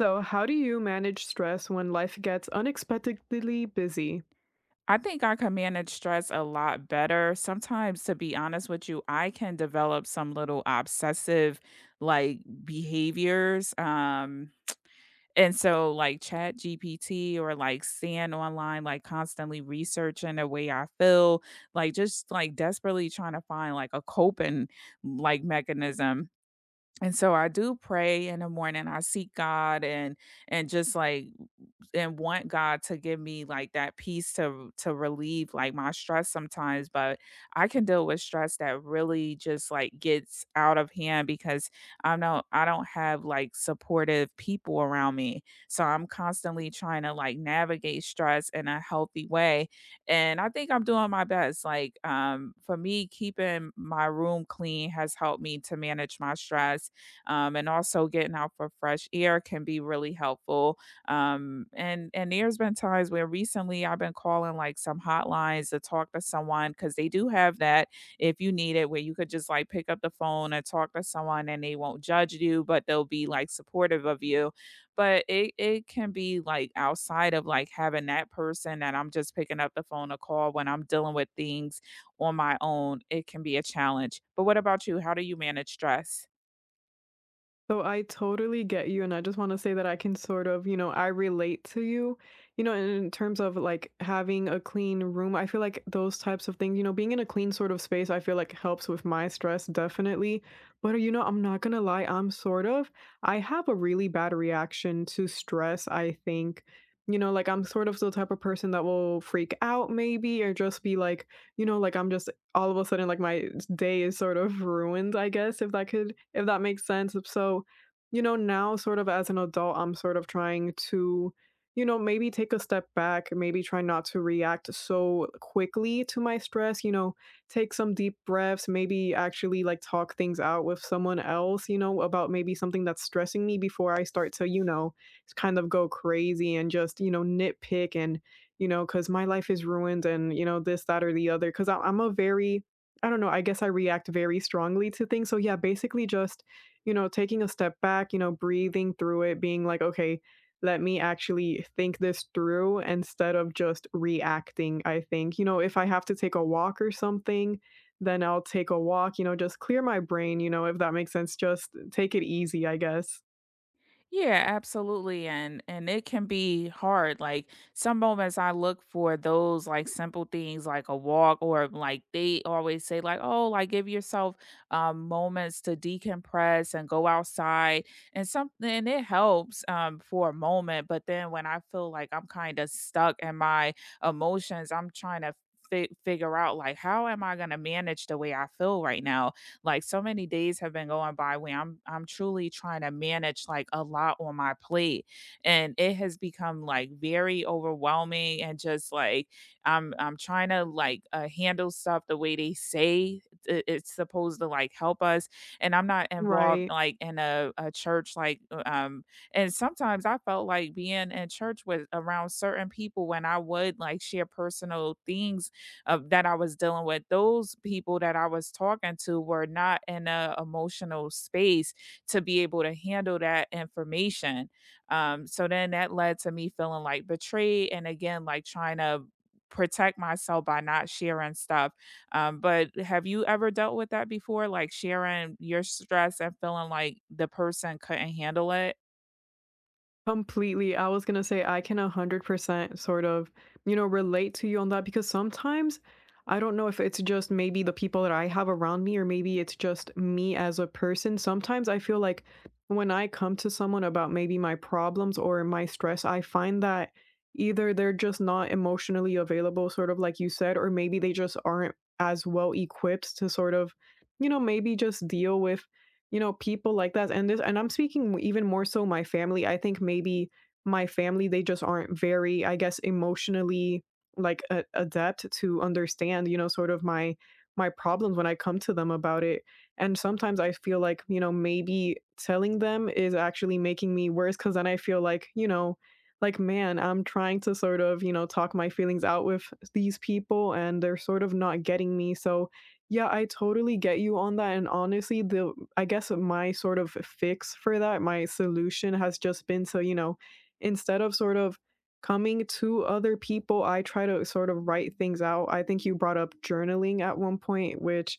So, how do you manage stress when life gets unexpectedly busy? I think I can manage stress a lot better. Sometimes, to be honest with you, I can develop some little obsessive like behaviors. And so like chat GPT or like staying online, like constantly researching the way I feel, like just like desperately trying to find like a coping like mechanism. And so I do pray in the morning. I seek God, and just like and want God to give me like that peace to relieve like my stress sometimes, but I can deal with stress that really just like gets out of hand because I know I don't have like supportive people around me. So I'm constantly trying to like navigate stress in a healthy way. And I think I'm doing my best. Like for me, keeping my room clean has helped me to manage my stress. And also getting out for fresh air can be really helpful, and there's been times where recently I've been calling like some hotlines to talk to someone because they do have that if you need it, where you could just like pick up the phone and talk to someone and they won't judge you, but they'll be like supportive of you. But it can be like outside of like having that person that I'm just picking up the phone to call. When I'm dealing with things on my own, it can be a challenge. But what about you? How do you manage stress? So, I totally get you. And I just want to say that I can sort of, I relate to you, in terms of like having a clean room. I feel like those types of things, being in a clean sort of space, I feel like helps with my stress, definitely. But, you know, I'm not going to lie, I have a really bad reaction to stress, I think. You know, like I'm sort of the type of person that will freak out maybe or just be like, you know, like I'm just all of a sudden, like, my day is sort of ruined, I guess, if that makes sense. So, you know, now sort of as an adult, I'm sort of trying to, you know, maybe take a step back, maybe try not to react so quickly to my stress, you know, take some deep breaths, maybe actually like talk things out with someone else, you know, about maybe something that's stressing me before I start to, you know, kind of go crazy and just, you know, nitpick and you know, because my life is ruined and, you know, this, that, or the other. Because I'm a very I don't know, I guess I react very strongly to things. So yeah, basically just, you know, taking a step back, you know, breathing through it, being like, "Okay, let me actually think this through instead of just reacting," I think. You know, if I have to take a walk or something, then I'll take a walk, you know, just clear my brain, you know, if that makes sense. Just take it easy, I guess. Yeah, absolutely. And it can be hard. Like some moments I look for those like simple things like a walk, or like they always say like, oh, like give yourself moments to decompress and go outside and something, and it helps for a moment. But then when I feel like I'm kind of stuck in my emotions, I'm trying to figure out like how am I gonna manage the way I feel right now. Like so many days have been going by where I'm truly trying to manage like a lot on my plate. And it has become like very overwhelming, and just like I'm trying to like handle stuff the way they say it's supposed to like help us. And I'm not involved Right. like in a church like and sometimes I felt like being in church with around certain people, when I would like share personal things that I was dealing with, those people that I was talking to were not in an emotional space to be able to handle that information. So then that led to me feeling like betrayed, and again, like trying to protect myself by not sharing stuff. But have you ever dealt with that before? Like sharing your stress and feeling like the person couldn't handle it? Completely. I was gonna say I can 100% sort of, you know, relate to you on that because sometimes I don't know if it's just maybe the people that I have around me or maybe it's just me as a person. Sometimes I feel like when I come to someone about maybe my problems or my stress, I find that either they're just not emotionally available, sort of like you said, or maybe they just aren't as well equipped to sort of, you know, maybe just deal with you know, people like that and this and I'm speaking even more so my family. I think maybe my family, they just aren't very, I guess, emotionally like a adept to understand, you know, sort of my problems when I come to them about it. And sometimes I feel like, you know, maybe telling them is actually making me worse because then I feel like, you know, like, man, I'm trying to sort of, you know, talk my feelings out with these people and they're sort of not getting me. So yeah, I totally get you on that, and honestly, the I guess my sort of fix for that, my solution has just been to you know, instead of sort of coming to other people, I try to sort of write things out. I think you brought up journaling at one point, which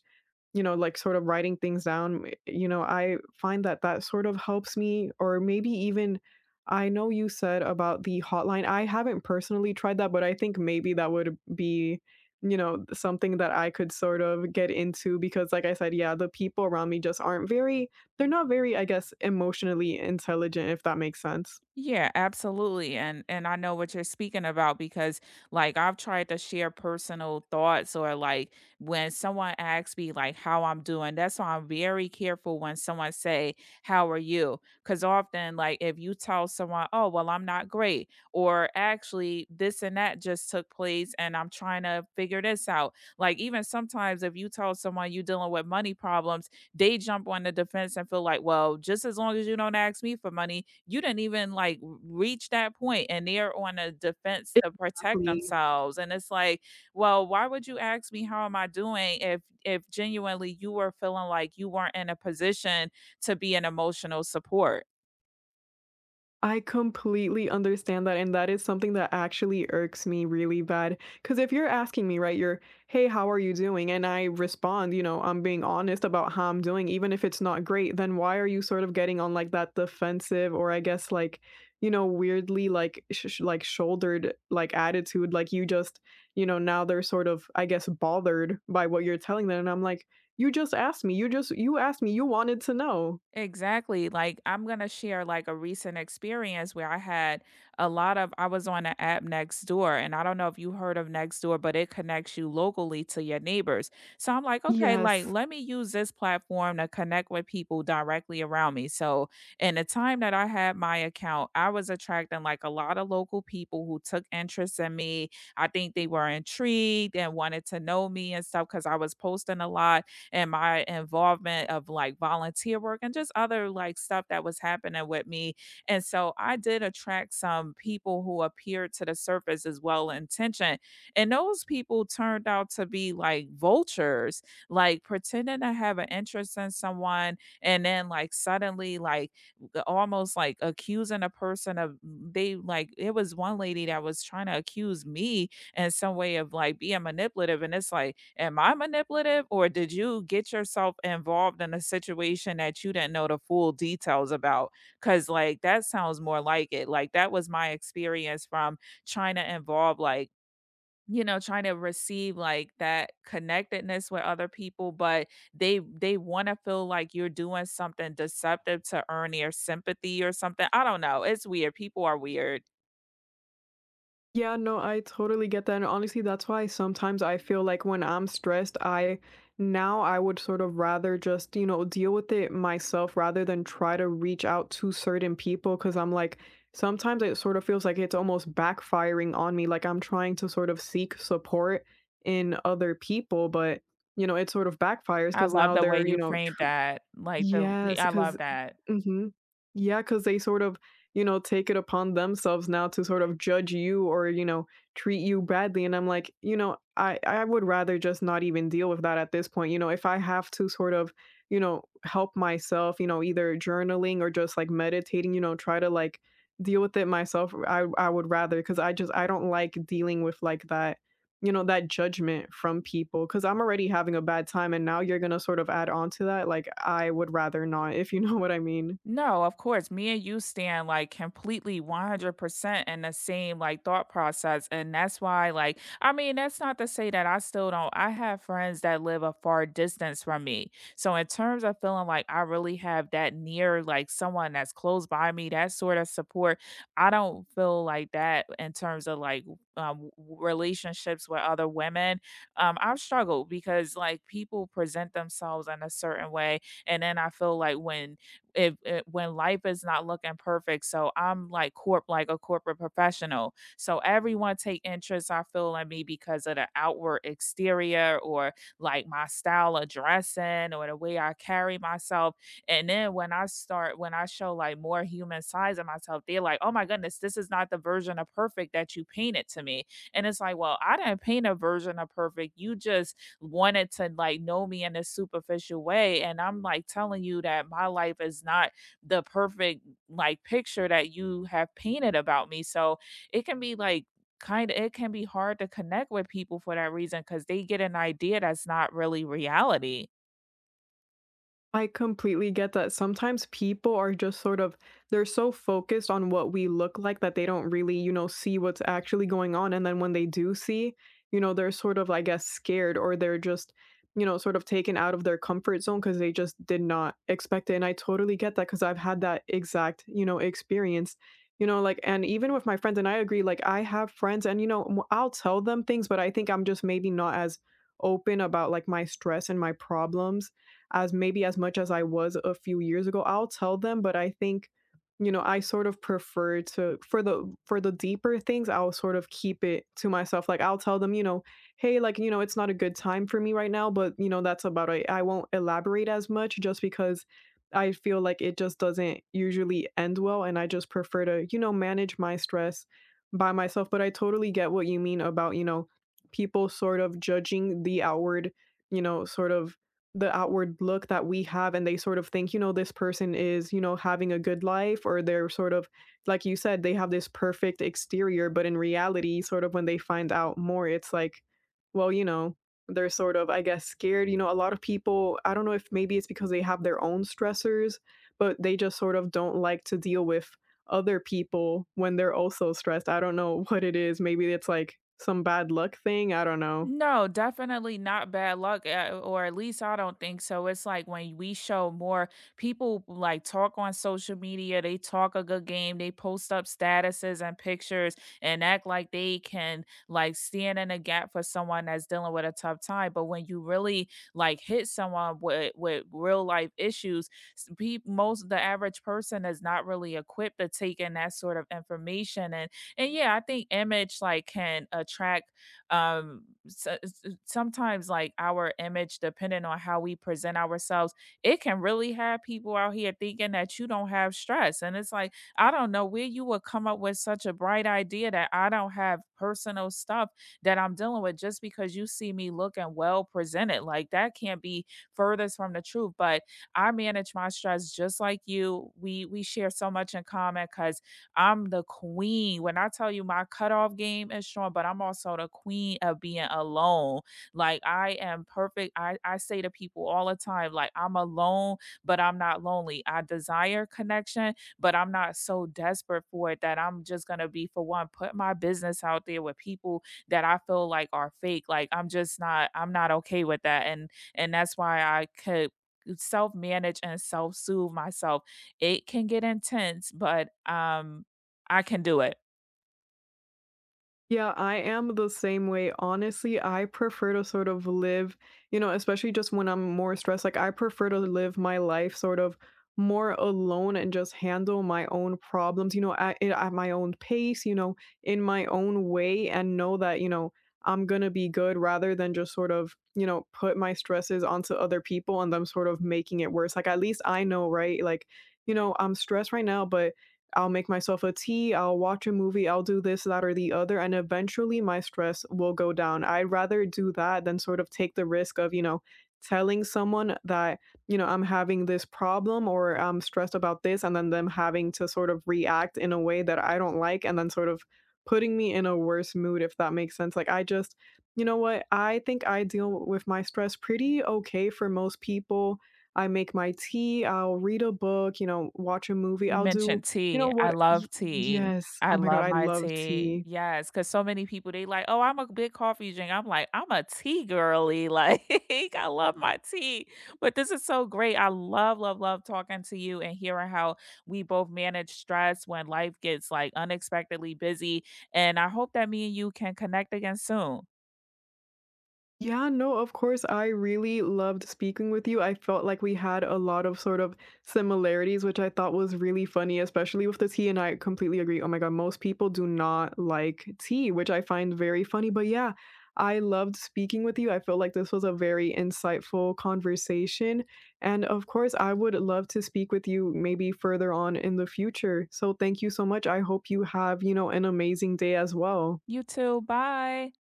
you know, like sort of writing things down, you know, I find that that sort of helps me or maybe even I know you said about the hotline. I haven't personally tried that, but I think maybe that would be you know, something that I could sort of get into because like I said, yeah, the people around me just aren't very they're not very, I guess, emotionally intelligent, if that makes sense. Yeah, absolutely. And I know what you're speaking about, because like I've tried to share personal thoughts, or like when someone asks me like how I'm doing. That's why I'm very careful when someone say, "How are you?" Cuz often like if you tell someone, "Oh, well, I'm not great," or actually this and that just took place and I'm trying to figure this out. Like even sometimes if you tell someone you're dealing with money problems, they jump on the defense and feel like, "Well, just as long as you don't ask me for money," you didn't even like reach that point, and they're on a defense to protect Exactly. themselves, and it's like, well, why would you ask me how am I doing, if genuinely you were feeling like you weren't in a position to be an emotional support? I completely understand that, and that is something that actually irks me really bad. Because if you're asking me, right, you're, hey, how are you doing? And I respond, you know, I'm being honest about how I'm doing, even if it's not great, then why are you sort of getting on like that defensive or I guess like, you know, weirdly like, like shouldered like attitude? Like you just, you know, now they're sort of, I guess, bothered by what you're telling them. And I'm like, you just asked me, you just, you asked me, you wanted to know. Exactly. Like I'm gonna share like a recent experience where I had a lot of. I was on an app Next Door, and I don't know if you heard of Next Door, but it connects you locally to your neighbors. So I'm like, okay, Yes. like let me use this platform to connect with people directly around me. So in the time that I had my account, I was attracting like a lot of local people who took interest in me. I think they were intrigued and wanted to know me and stuff, because I was posting a lot, and my involvement of like volunteer work and just other like stuff that was happening with me. And so I did attract some people who appeared to the surface as well intentioned. And those people turned out to be like vultures, like pretending to have an interest in someone, and then like suddenly like almost like accusing a person of, they like, it was one lady that was trying to accuse me and some way of like being manipulative. And it's like, am I manipulative, or did you get yourself involved in a situation that you didn't know the full details about? Cause like that sounds more like it. Like that was my experience from trying to involve like, you know, trying to receive like that connectedness with other people. But they want to feel like you're doing something deceptive to earn their sympathy or something. I don't know, it's weird, people are weird. Yeah, no, I totally get that, and honestly, that's why sometimes I feel like when I'm stressed, I now I would sort of rather just, you know, deal with it myself rather than try to reach out to certain people because 'cause I'm like, sometimes it sort of feels like it's almost backfiring on me, like I'm trying to sort of seek support in other people, but, you know, it sort of backfires I because love now the way they're, you you know, framed that, like, the we, yes, I because, love that. 'cause mhm, because they sort of, you know, take it upon themselves now to sort of judge you or, you know, treat you badly, and I'm like, you know, I would rather just not even deal with that at this point, you know, if I have to sort of, you know, help myself, you know, either journaling or just, like, meditating, you know, try to, like, deal with it myself, I would rather because I just I don't like dealing with, like, that you know, that judgment from people because I'm already having a bad time and now you're going to sort of add on to that. Like, I would rather not, if you know what I mean. No, of course. Me and you stand like completely 100% in the same like thought process. And that's why, like, I mean, that's not to say that I still don't. I have friends that live a far distance from me. So, in terms of feeling like I really have that near, like someone that's close by me, that sort of support, I don't feel like that in terms of like um, w- relationships with other women. I've struggled because like people present themselves in a certain way, and then I feel like when, if when life is not looking perfect. So I'm like corp like a corporate professional. So everyone take interest I feel in me because of the outward exterior, or like my style of dressing, or the way I carry myself. And then when I start, when I show like more human sides of myself, they're like, "Oh my goodness, this is not the version of perfect that you painted to me." And it's like, "Well, I didn't paint a version of perfect. You just wanted to like know me in a superficial way." And I'm like telling you that my life is not the perfect like picture that you have painted about me. So it can be like kind of, it can be hard to connect with people for that reason, because they get an idea that's not really reality. I completely get that. Sometimes people are just sort of they're so focused on what we look like that they don't really, you know, see what's actually going on. And then when they do see, you know, they're sort of, I guess, scared or they're just, you know, sort of taken out of their comfort zone because they just did not expect it. And I totally get that because I've had that exact, you know, experience. You know, like, and even with my friends, and I agree, like, I have friends, and, you know, I'll tell them things, but I think I'm just maybe not as open about like my stress and my problems as maybe as much as I was a few years ago. I'll tell them, but I think, you know, I sort of prefer to for the deeper things, I'll sort of keep it to myself. Like I'll tell them, you know, hey, like, you know, it's not a good time for me right now, but you know, that's about it. I won't elaborate as much just because I feel like it just doesn't usually end well and I just prefer to, you know, manage my stress by myself, but I totally get what you mean about, you know, people sort of judging the outward, you know, sort of the outward look that we have and they sort of think, you know, this person is, you know, having a good life or they're sort of like you said, they have this perfect exterior, but in reality, sort of when they find out more, it's like, well, you know, they're sort of, I guess, scared. You know, a lot of people, I don't know if maybe it's because they have their own stressors, but they just sort of don't like to deal with other people when they're also stressed. I don't know what it is. Maybe it's like some bad luck thing. I don't know. No, definitely not bad luck, or at least I don't think so. It's like when we show more, people like talk on social media, they talk a good game, they post up statuses and pictures and act like they can like stand in a gap for someone that's dealing with a tough time. But when you really like hit someone with real life issues, most the average person is not really equipped to take in that sort of information. And yeah, I think image like can attract, um so, sometimes like our image depending on how we present ourselves, it can really have people out here thinking that you don't have stress. And it's like, I don't know where you would come up with such a bright idea that I don't have personal stuff that I'm dealing with, just because you see me looking well presented. Like that can't be furthest from the truth. But I manage my stress just like you. We share so much in common because I'm the queen. When I tell you my cutoff game is strong, but I'm also the queen of being alone. Like I am perfect. I say to people all the time, like I'm alone, but I'm not lonely. I desire connection, but I'm not so desperate for it that I'm just gonna be, for one, put my business out there with people that I feel like are fake. Like I'm just not, I'm not okay with that. And that's why I could self manage and self soothe myself. It can get intense, but I can do it. Yeah, I am the same way. Honestly, I prefer to sort of live, you know, especially just when I'm more stressed, like I prefer to live my life sort of more alone and just handle my own problems, you know, at my own pace, you know, in my own way and know that, you know, I'm going to be good rather than just sort of, you know, put my stresses onto other people and them sort of making it worse. Like at least I know, right? Like, you know, I'm stressed right now, but I'll make myself a tea, I'll watch a movie, I'll do this, that, or the other, and eventually my stress will go down. I'd rather do that than sort of take the risk of, you know, telling someone that, you know, I'm having this problem or I'm stressed about this, and then them having to sort of react in a way that I don't like, and then sort of putting me in a worse mood, if that makes sense. Like, I just, you know what? I think I deal with my stress pretty okay for most people. I make my tea, I'll read a book, you know, watch a movie, You I'll do mentioned you tea. know I what? love Y tea. Yes. I Oh my God, love I my love tea. tea. Yes, because so many people, they like, "Oh, I'm a big coffee drink." I'm like, "I'm a tea girly." Like, I love my tea. But this is so great. I love, love, love talking to you and hearing how we both manage stress when life gets, like, unexpectedly busy, and I hope that me and you can connect again soon. Yeah, no, of course. I really loved speaking with you. I felt like we had a lot of sort of similarities, which I thought was really funny, especially with the tea. And I completely agree. Oh my God, most people do not like tea, which I find very funny. But yeah, I loved speaking with you. I feel like this was a very insightful conversation. And of course, I would love to speak with you maybe further on in the future. So thank you so much. I hope you have, you know, an amazing day as well. You too. Bye.